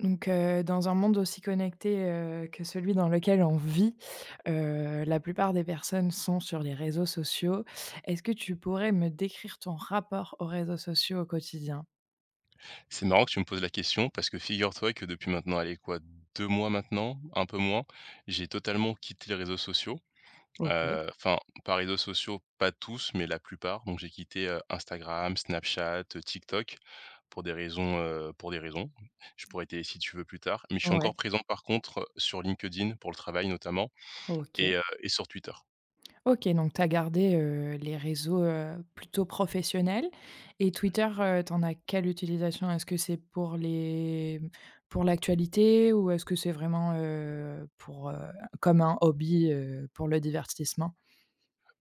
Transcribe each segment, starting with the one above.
Dans un monde aussi connecté, que celui dans lequel on vit, la plupart des personnes sont sur les réseaux sociaux. Est-ce que tu pourrais me décrire ton rapport aux réseaux sociaux au quotidien? C'est marrant que tu me poses la question parce que figure-toi que depuis maintenant, allez quoi, 2 mois maintenant, un peu moins, j'ai totalement quitté les réseaux sociaux. OK, Heu, enfin, Par réseaux sociaux, pas tous, mais la plupart. Donc j'ai quitté, Instagram, Snapchat, TikTok pour des raisons, Je pourrais t'aider si tu veux plus tard. Mais je suis ouais. encore présent par contre, sur LinkedIn pour le travail notamment OK. et sur Twitter. OK, donc tu as gardé, les réseaux, plutôt professionnels et Twitter, tu en as quelle utilisation? Est-ce que c'est pour les pour l'actualité ou est-ce que c'est vraiment, pour, comme un hobby, pour le divertissement?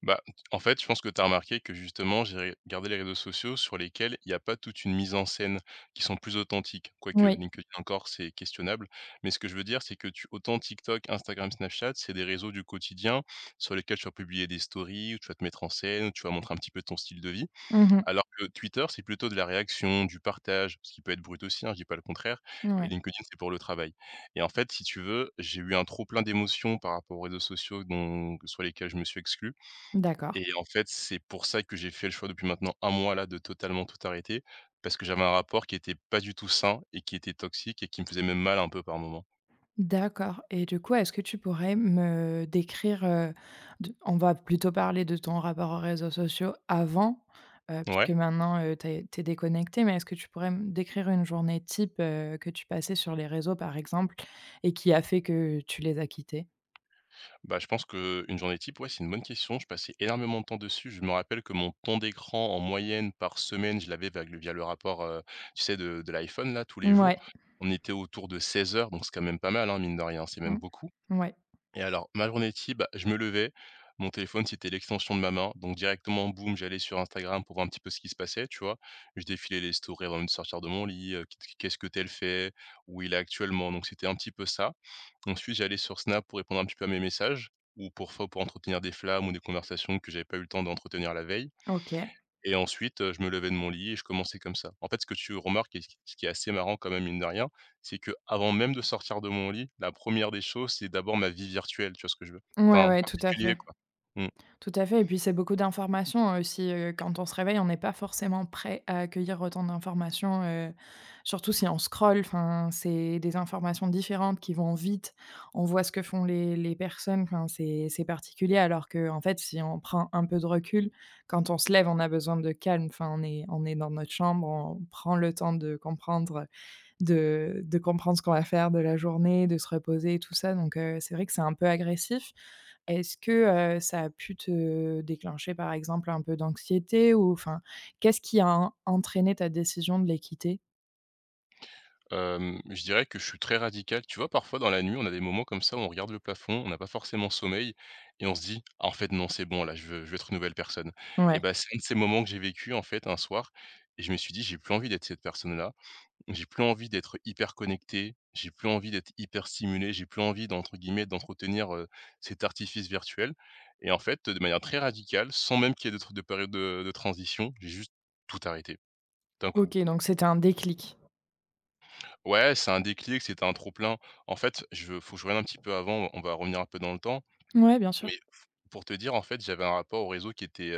Bah, en fait, je pense que tu as remarqué que justement, j'ai regardé les réseaux sociaux sur lesquels il n'y a pas toute une mise en scène qui sont plus authentiques, quoique Oui. LinkedIn encore, c'est questionnable. Mais ce que je veux dire, c'est que tu autant TikTok, Instagram, Snapchat, c'est des réseaux du quotidien sur lesquels tu vas publier des stories, où tu vas te mettre en scène, où tu vas montrer un petit peu ton style de vie. Mmh. Alors que Twitter, c'est plutôt de la réaction, du partage, ce qui peut être brut aussi, hein, je dis pas le contraire. Et Ouais, LinkedIn, c'est pour le travail. Et en fait, si tu veux, j'ai eu un trop plein d'émotions par rapport aux réseaux sociaux dont, sur lesquels je me suis exclu d'accord. et en fait, c'est pour ça que j'ai fait le choix depuis maintenant un mois là de totalement tout arrêter, parce que j'avais un rapport qui était pas du tout sain et qui était toxique et qui me faisait même mal un peu par moment. D'accord et du coup, est-ce que tu pourrais me décrire, de on va plutôt parler de ton rapport aux réseaux sociaux avant, puisque Ouais, maintenant, tu es tu mais est-ce que tu pourrais me décrire une journée type, que tu passais sur les réseaux, par exemple, et qui a fait que tu les as quittés? bah, je pense que une journée type, ouais, c'est une bonne question. Je passais énormément de temps dessus. Je me rappelle que mon temps d'écran en moyenne par semaine, je l'avais vague via le rapport, tu sais de l'iPhone là tous les jours. Ouais. On était autour de 16 heures, donc c'est quand même pas mal, hein, mine de rien, c'est même Mmh. beaucoup. Ouais. Ouais, Et alors, ma journée type, bah, je me levais, mon téléphone, c'était l'extension de ma main, donc directement, boum, j'allais sur Instagram pour voir un petit peu ce qui se passait, tu vois? Je défilais les stories avant de sortir de mon lit, qu'est-ce que tel fait? Où il est actuellement? Donc c'était un petit peu ça. Ensuite, j'allais sur Snap pour répondre un petit peu à mes messages ou pour entretenir des flammes ou des conversations que j'avais pas eu le temps d'entretenir la veille OK. et ensuite, je me levais de mon lit et je commençais comme ça. En fait, ce que tu remarques et ce qui est assez marrant quand même, mine de rien, c'est que avant même de sortir de mon lit, la première des choses, c'est d'abord ma vie virtuelle, tu vois ce que je veux? Ouais, Enfin, ouais, tout à particulier fait. quoi. Mmh. Tout à fait, et puis c'est beaucoup d'informations aussi, quand on se réveille, on n'est pas forcément prêt à accueillir autant d'informations, surtout si on scrolle, enfin, c'est des informations différentes qui vont vite. On voit ce que font les personnes, enfin, c'est particulier alors que en fait, si on prend un peu de recul, quand on se lève, on a besoin de calme, enfin, on est dans notre chambre, on prend le temps de comprendre, de comprendre ce qu'on va faire de la journée, de se reposer et tout ça, donc c'est vrai que c'est un peu agressif. Est-ce que, ça a pu te déclencher, par exemple, un peu d'anxiété ou enfin, qu'est-ce qui a en entraîné ta décision de les quitter? Je dirais que je suis très radical. Tu vois, parfois dans la nuit, on a des moments comme ça où on regarde le plafond, on n'a pas forcément sommeil et on se dit: «Ah en fait non, c'est bon là, je veux être une nouvelle personne» et Ouais, ben, c'est un de ces moments que j'ai vécu en fait un soir et je me suis dit: «J'ai plus envie d'être cette personne-là». J'ai plus envie d'être hyper connecté, j'ai plus envie d'être hyper stimulé, j'ai plus envie d'entre guillemets «d'entretenir», cet artifice virtuel et en fait, de manière très radicale, sans même qu'il y ait de période de transition, j'ai juste tout arrêté, d'un coup. OK, donc c'était un déclic. Ouais, c'est un déclic, c'était un trop-plein. En fait, faut que je revienne un petit peu avant, on va revenir un peu dans le temps, Ouais, bien sûr. mais pour te dire, en fait, j'avais un rapport au réseau qui était,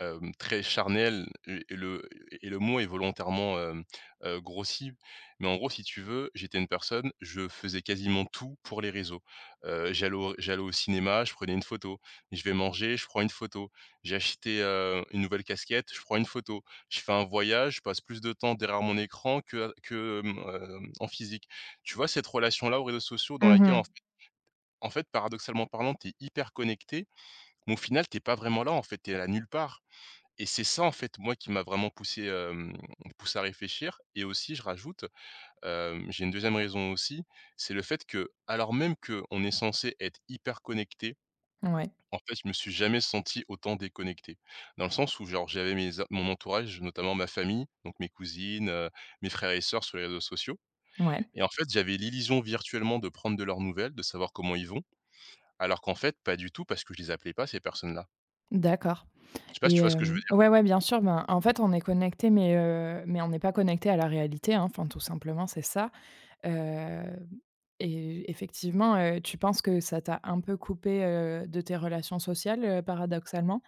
très charnel et le mot est volontairement, grossi. Mais en gros, si tu veux, j'étais une personne, je faisais quasiment tout pour les réseaux. J'allais au cinéma, je prenais une photo. Je vais manger, je prends une photo. J'ai acheté, une nouvelle casquette, je prends une photo. Je fais un voyage, je passe plus de temps derrière mon écran que en physique. Tu vois cette relation-là aux réseaux sociaux dans laquelle Mmh. en f en fait, paradoxalement parlant, tu es hyper connecté, mais au final, t'es pas vraiment là, en fait, tu es à nulle part. Et c'est ça, en fait, moi, qui m'a vraiment poussé, poussé à réfléchir et aussi je rajoute, j'ai une deuxième raison aussi, c'est le fait que, alors même qu'on est censé être hyper connecté, Ouais, en fait, je me suis jamais senti autant déconnecté. Dans le sens où genre j'avais mes a mon entourage, notamment ma famille, donc mes cousines, mes frères et sœurs sur les réseaux sociaux ouais, et en fait, j'avais l'illusion virtuellement de prendre de leurs nouvelles, de savoir comment ils vont, alors qu'en fait, pas du tout parce que je les appelais pas ces personnes-là. d'accord. Je sais pas si Et tu vois ce que je veux dire? ouais, ouais, bien sûr, ben, en fait, on est connecté, mais on n'est pas connecté à la réalité, hein, enfin, tout simplement, c'est ça, heu et effectivement, tu penses que ça t'a un peu coupé, de tes relations sociales, paradoxalement?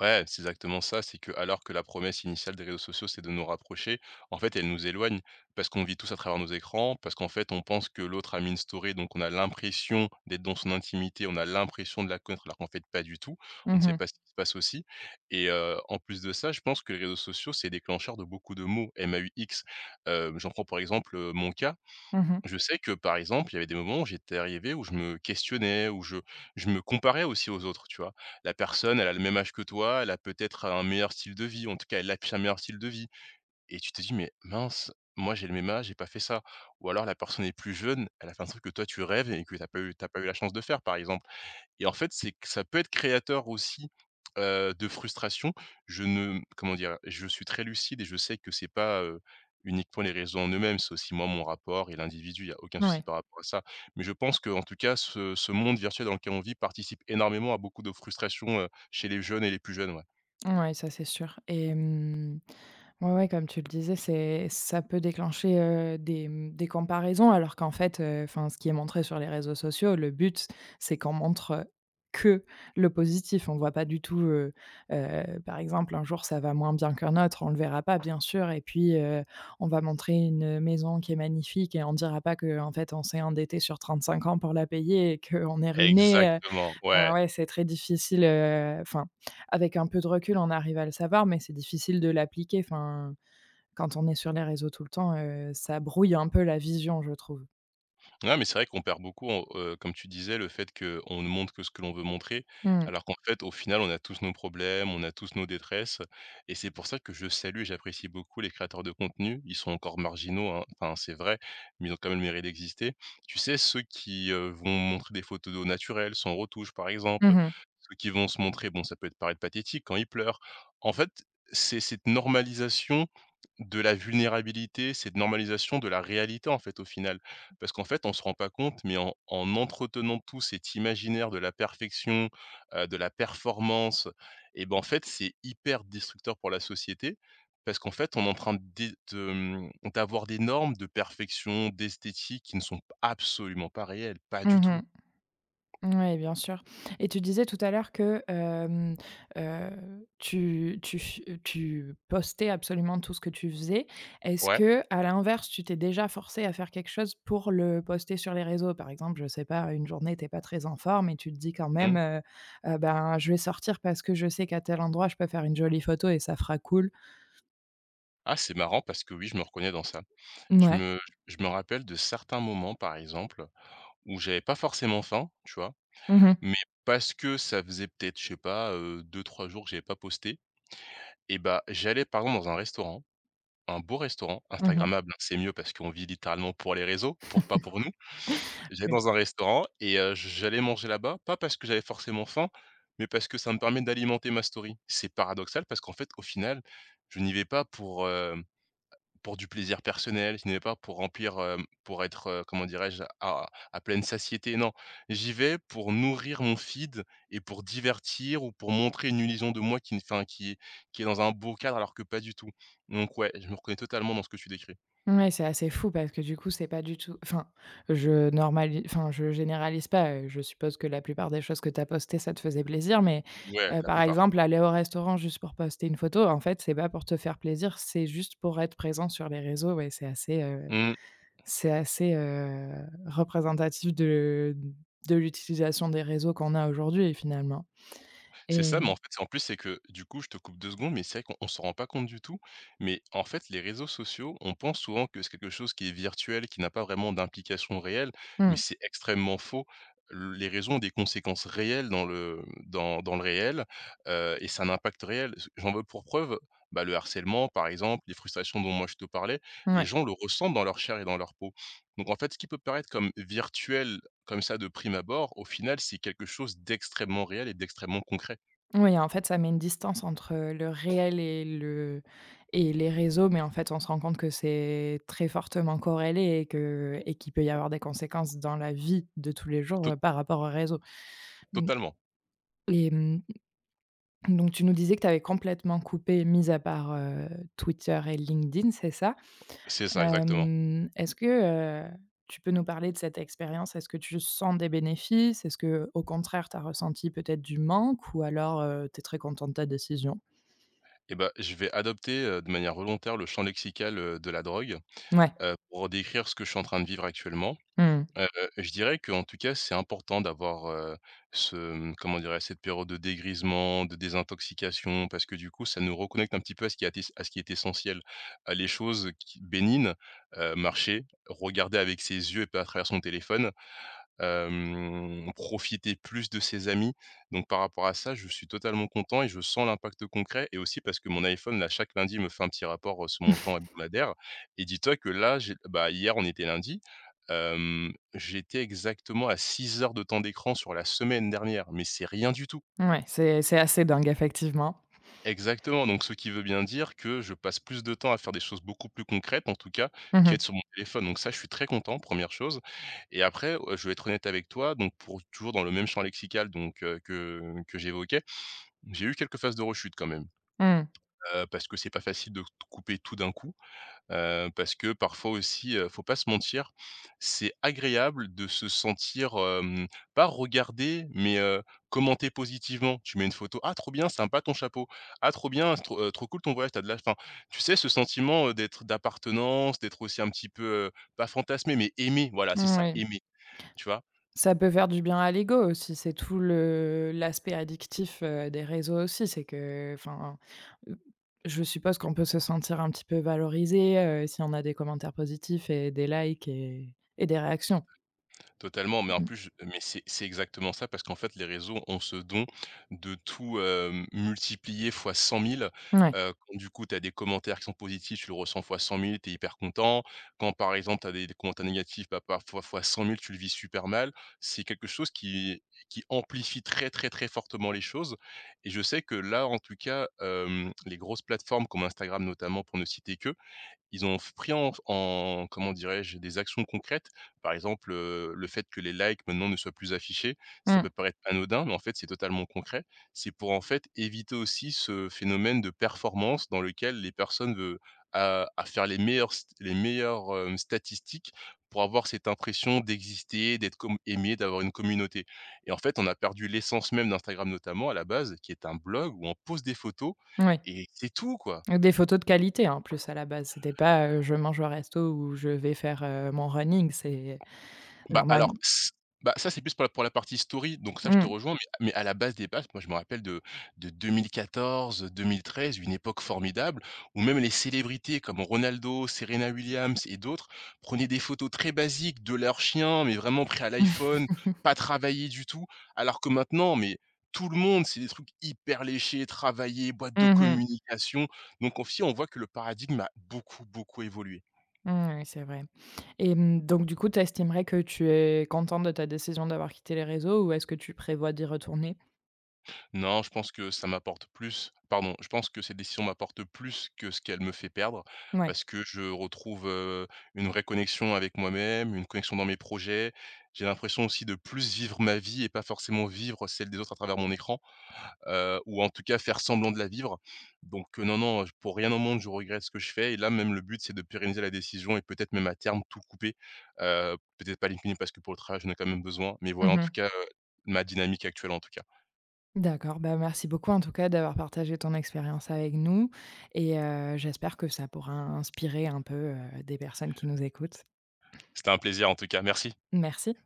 Ouais, c'est exactement ça. C'est que, alors que la promesse initiale des réseaux sociaux, c'est de nous rapprocher, en fait, elle nous éloigne parce qu'on vit tous à travers nos écrans, parce qu'en fait, on pense que l'autre a mis une story, donc on a l'impression d'être dans son intimité, on a l'impression de la connaître, alors qu'en fait, pas du tout. On ne Mmh sait mh. pas ce qui se passe aussi. Et en plus de ça, je pense que les réseaux sociaux, c'est déclencheur de beaucoup de mots, M a MAUX. J'en prends par exemple mon cas. Mmh. Je sais que, par exemple, il y avait des moments où j'étais arrivé où je me questionnais, où je me comparais aussi aux autres, tu vois? La personne, elle a le même âge que toi, elle a peut-être un meilleur style de vie, en tout cas, elle affiche un meilleur style de vie et tu te dis: «Mais mince, moi j'ai le même âge, j'ai pas fait ça» ou alors la personne est plus jeune, elle a fait un truc que toi tu rêves et que t'as pas eu la chance de faire, par exemple. Et en fait, c'est que ça peut être créateur aussi, de frustration. Je ne comment dire? Je suis très lucide et je sais que c'est pas, uniquement les raisons en eux-mêmes, c'est aussi moi, mon rapport et l'individu, il y a aucun souci Ouais. par rapport à ça. Mais je pense que en tout cas, ce monde virtuel dans lequel on vit participe énormément à beaucoup de frustrations, chez les jeunes et les plus jeunes, ouais. Ouais, ça c'est sûr. Et ouais, ouais, comme tu le disais, c'est ça peut déclencher, des, des comparaisons alors qu'en fait, enfin, ce qui est montré sur les réseaux sociaux, le but, c'est qu'on montre que le positif. On voit pas du tout, par exemple, un jour ça va moins bien qu'un autre, on le verra pas bien sûr, et puis, on va montrer une maison qui est magnifique et on dira pas que en fait on s'est endetté sur 35 ans pour la payer et qu'on est ruiné. Exactement, ouais. Ah ouais, c'est très difficile, enfin, avec un peu de recul, on arrive à le savoir, mais c'est difficile de l'appliquer. Enfin, quand on est sur les réseaux tout le temps, ça brouille un peu la vision, je trouve. Ouais, mais c'est vrai qu'on perd beaucoup, comme tu disais, le fait qu'on ne montre que ce que l'on veut montrer, Mmh. alors qu'en fait, au final, on a tous nos problèmes, on a tous nos détresses, et c'est pour ça que je salue, et j'apprécie beaucoup les créateurs de contenu. Ils sont encore marginaux, hein, enfin c'est vrai, mais ils ont quand même le mérite d'exister. Tu sais, ceux qui vont montrer des photos d'eau naturelle, sans retouche, par exemple, Mmh mh. ceux qui vont se montrer, bon, ça peut être paraître pathétique quand ils pleurent. En fait, c'est cette normalisation de la vulnérabilité, cette normalisation de la réalité en fait au final parce qu'en fait, on se rend pas compte, mais en en entretenant tout cet imaginaire de la perfection, de la performance et ben, en fait, c'est hyper destructeur pour la société. Parce qu'en fait, on est en train d'avoir des normes de perfection, d'esthétique qui ne sont absolument pas réelles, pas du tout. Mmh. Ouais, bien sûr. Et tu disais tout à l'heure que, tu tu f tu postais absolument tout ce que tu faisais. Est-ce Ouais, que à l'inverse, tu t'es déjà forcé à faire quelque chose pour le poster sur les réseaux? Par exemple, je sais pas, une journée, t'es pas très en forme et tu te dis quand même, mmh. «Ben, je vais sortir parce que je sais qu'à tel endroit, je peux faire une jolie photo et ça fera cool». Ah, c'est marrant parce que oui, je me reconnais dans ça. Je Ouais. me je me rappelle de certains moments, par exemple, où j'avais pas forcément faim, tu vois? Mmh mh. Mais parce que ça faisait peut-être, je sais pas, 2-3 jours que j'avais pas posté. Et bah, j'allais par exemple dans un restaurant, un beau restaurant, Mmh. instagrammable, hein, c'est mieux parce qu'on vit littéralement pour les réseaux, pour pas pour nous. J'allais dans un restaurant et j'allais manger là-bas, pas parce que j'avais forcément faim, mais parce que ça me permet d'alimenter ma story. C'est paradoxal parce qu'en fait, au final, je n'y vais pas pour du plaisir personnel, je n'y vais pas pour remplir, pour être, comment dirais-je? À pleine satiété, non. J'y vais pour nourrir mon feed et pour divertir ou pour montrer une illusion de moi qui ne enfin, qui est dans un beau cadre alors que pas du tout. Donc ouais, je me reconnais totalement dans ce que tu décris. Ouais, c'est assez fou parce que du coup, c'est pas du tout enfin, je normalise. Enfin, je généralise pas, je suppose que la plupart des choses que tu as postées, ça te faisait plaisir, mais Ouais, la par plupart. exemple, aller au restaurant juste pour poster une photo, en fait, c'est pas pour te faire plaisir, c'est juste pour être présent sur les réseaux. Ouais, Mmh. c'est assez, représentatif de l'utilisation des réseaux qu'on a aujourd'hui, finalement. C'est Et ça, mais en fait, c'est en plus, c'est que du coup, je te coupe 2 secondes, mais c'est vrai qu'on s'en rend pas compte du tout. Mais en fait, les réseaux sociaux, on pense souvent que c'est quelque chose qui est virtuel, qui n'a pas vraiment d'implication réelle, mais mmh, c'est extrêmement faux. Le les réseaux ont des conséquences réelles dans le dans dans le réel, et ça a un impact réel. J'en veux pour preuve, bah, le harcèlement, par exemple, les frustrations dont moi je te parlais, mmh, les ouais. gens le ressentent dans leur chair et dans leur peau. Donc en fait, ce qui peut paraître comme virtuel, comme ça, de prime abord, au final, c'est quelque chose d'extrêmement réel et d'extrêmement concret. Oui, en fait, ça met une distance entre le réel et le et les réseaux, mais en fait, on se rend compte que c'est très fortement corrélé et que et qu'il peut y avoir des conséquences dans la vie de tous les jours, Tot par rapport aux réseaux. Mmh. totalement, Et donc tu nous disais que tu avais complètement coupé, mis à part, Twitter et LinkedIn, c'est ça? c'est ça exactement. Est-ce que, heu, tu peux nous parler de cette expérience? Est-ce que tu sens des bénéfices? Est-ce que, au contraire, tu as ressenti peut-être du manque ou alors, tu es très content de ta décision? Et ben, je vais adopter, de manière volontaire, le champ lexical, de la drogue, Ouais. Pour décrire ce que je suis en train de vivre actuellement. Mmh. Heu, je dirais qu'en tout cas, c'est important d'avoir, ce, mmh, comment dirais cette période de dégrisement, de désintoxication, parce que du coup, ça nous reconnecte un petit peu à ce qui est essentiel, à les choses qui bénignes, marcher, regarder avec ses yeux et pas à travers son téléphone, profiter plus de ses amis. Donc par rapport à ça, je suis totalement content et je sens l'impact concret, et aussi parce que mon iPhone, là, chaque lundi, me fait un petit rapport, sur mon temps hebdomadaire, et dis-toi que là, j'ai, bah, hier, on était lundi, j'étais exactement à 6 heures de temps d'écran sur la semaine dernière, mais c'est rien du tout. Ouais, c'est assez dingue effectivement. Exactement, donc ce qui veut bien dire que je passe plus de temps à faire des choses beaucoup plus concrètes, en tout cas, qu'à Mmh. être sur mon téléphone. Donc ça, je suis très content, première chose. Et après, je vais être honnête avec toi, donc pour toujours dans le même champ lexical, donc que j'évoquais, j'ai eu quelques phases de rechute quand même, Mmh. Parce que c'est pas facile de couper tout d'un coup. Parce que parfois aussi, faut pas se mentir, c'est agréable de se sentir, pas regardé, mais, commenté positivement. Tu mets une photo: «Ah, trop bien, sympa ton chapeau. Ah, trop bien, c'est trop, trop cool, ton voyage, tu as de la fin.» Tu sais, ce sentiment, d'être, d'appartenance, d'être aussi un petit peu, pas fantasmé, mais aimé, voilà, c'est Mmh, ça, oui. aimé, tu vois? Ça peut faire du bien à l'ego aussi, c'est tout le l'aspect addictif, des réseaux aussi, c'est que enfin, heu, je suppose qu'on peut se sentir un petit peu valorisé, si on a des commentaires positifs et des likes et des réactions. Totalement, mais en Mmh. plus, je mais c'est exactement ça, parce qu'en fait, les réseaux ont ce don de tout, multiplier fois 100 000. Ouais. Quand du coup, tu as des commentaires qui sont positifs, tu le ressens fois 100 000, tu es hyper content. Quand par exemple, tu as des commentaires négatifs, bah, parfois, fois 100 000, tu le vis super mal. C'est quelque chose qui amplifie très, très, très fortement les choses, et je sais que là, en tout cas, les grosses plateformes comme Instagram, notamment, pour ne citer que, ils ont pris en comment dirais-je? Des actions concrètes. Par exemple, le fait que les likes maintenant ne soient plus affichés, ça Mmh. peut paraître anodin, mais en fait, c'est totalement concret. C'est pour, en fait, éviter aussi ce phénomène de performance dans lequel les personnes veulent à faire les meilleures st les meilleures, statistiques, pour avoir cette impression d'exister, d'être com aimé, d'avoir une communauté. Et en fait, on a perdu l'essence même d'Instagram, notamment, à la base, qui est un blog où on pose des photos Oui. et c'est tout, quoi. Des photos de qualité en plus à la base, c'était pas, je mange au resto ou je vais faire, mon running, c'est Bah, normal. alors s bah, ça, c'est plus pour la partie story, donc ça, je te Mmh. rejoins, mais à la base des bases, moi, je me rappelle de 2014-2013, une époque formidable où même les célébrités comme Ronaldo, Serena Williams et d'autres prenaient des photos très basiques de leurs chiens, mais vraiment pris à Mmh l'iPhone, mh. pas travaillées du tout. Alors que maintenant, mais tout le monde, c'est des trucs hyper léchés, travaillés, boîtes de communication. Donc on si on voit que le paradigme a beaucoup, beaucoup évolué. Oui, c'est vrai. Et donc du coup, tu estimerais que tu es contente de ta décision d'avoir quitté les réseaux ou est-ce que tu prévois d'y retourner? Non, je pense que ça m'apporte plus pardon, je pense que cette décision m'apporte plus que ce qu'elle me fait perdre, Ouais. parce que je retrouve, une vraie connexion avec moi-même, une connexion dans mes projets. J'ai l'impression aussi de plus vivre ma vie et pas forcément vivre celle des autres à travers mon écran, ou en tout cas faire semblant de la vivre. Donc non, non, je, pour rien au monde, je regrette ce que je fais, et là même le but, c'est de pérenniser la décision et peut-être même à terme tout couper, peut-être pas LinkedIn parce que pour le travail, j'en ai quand même besoin, mais voilà, en tout Mmh. cas, ma dynamique actuelle en tout cas. D'accord, bah, merci beaucoup en tout cas d'avoir partagé ton expérience avec nous et j'espère que ça pourra inspirer un peu, des personnes qui nous écoutent. C'était un plaisir en tout cas. Merci. Merci.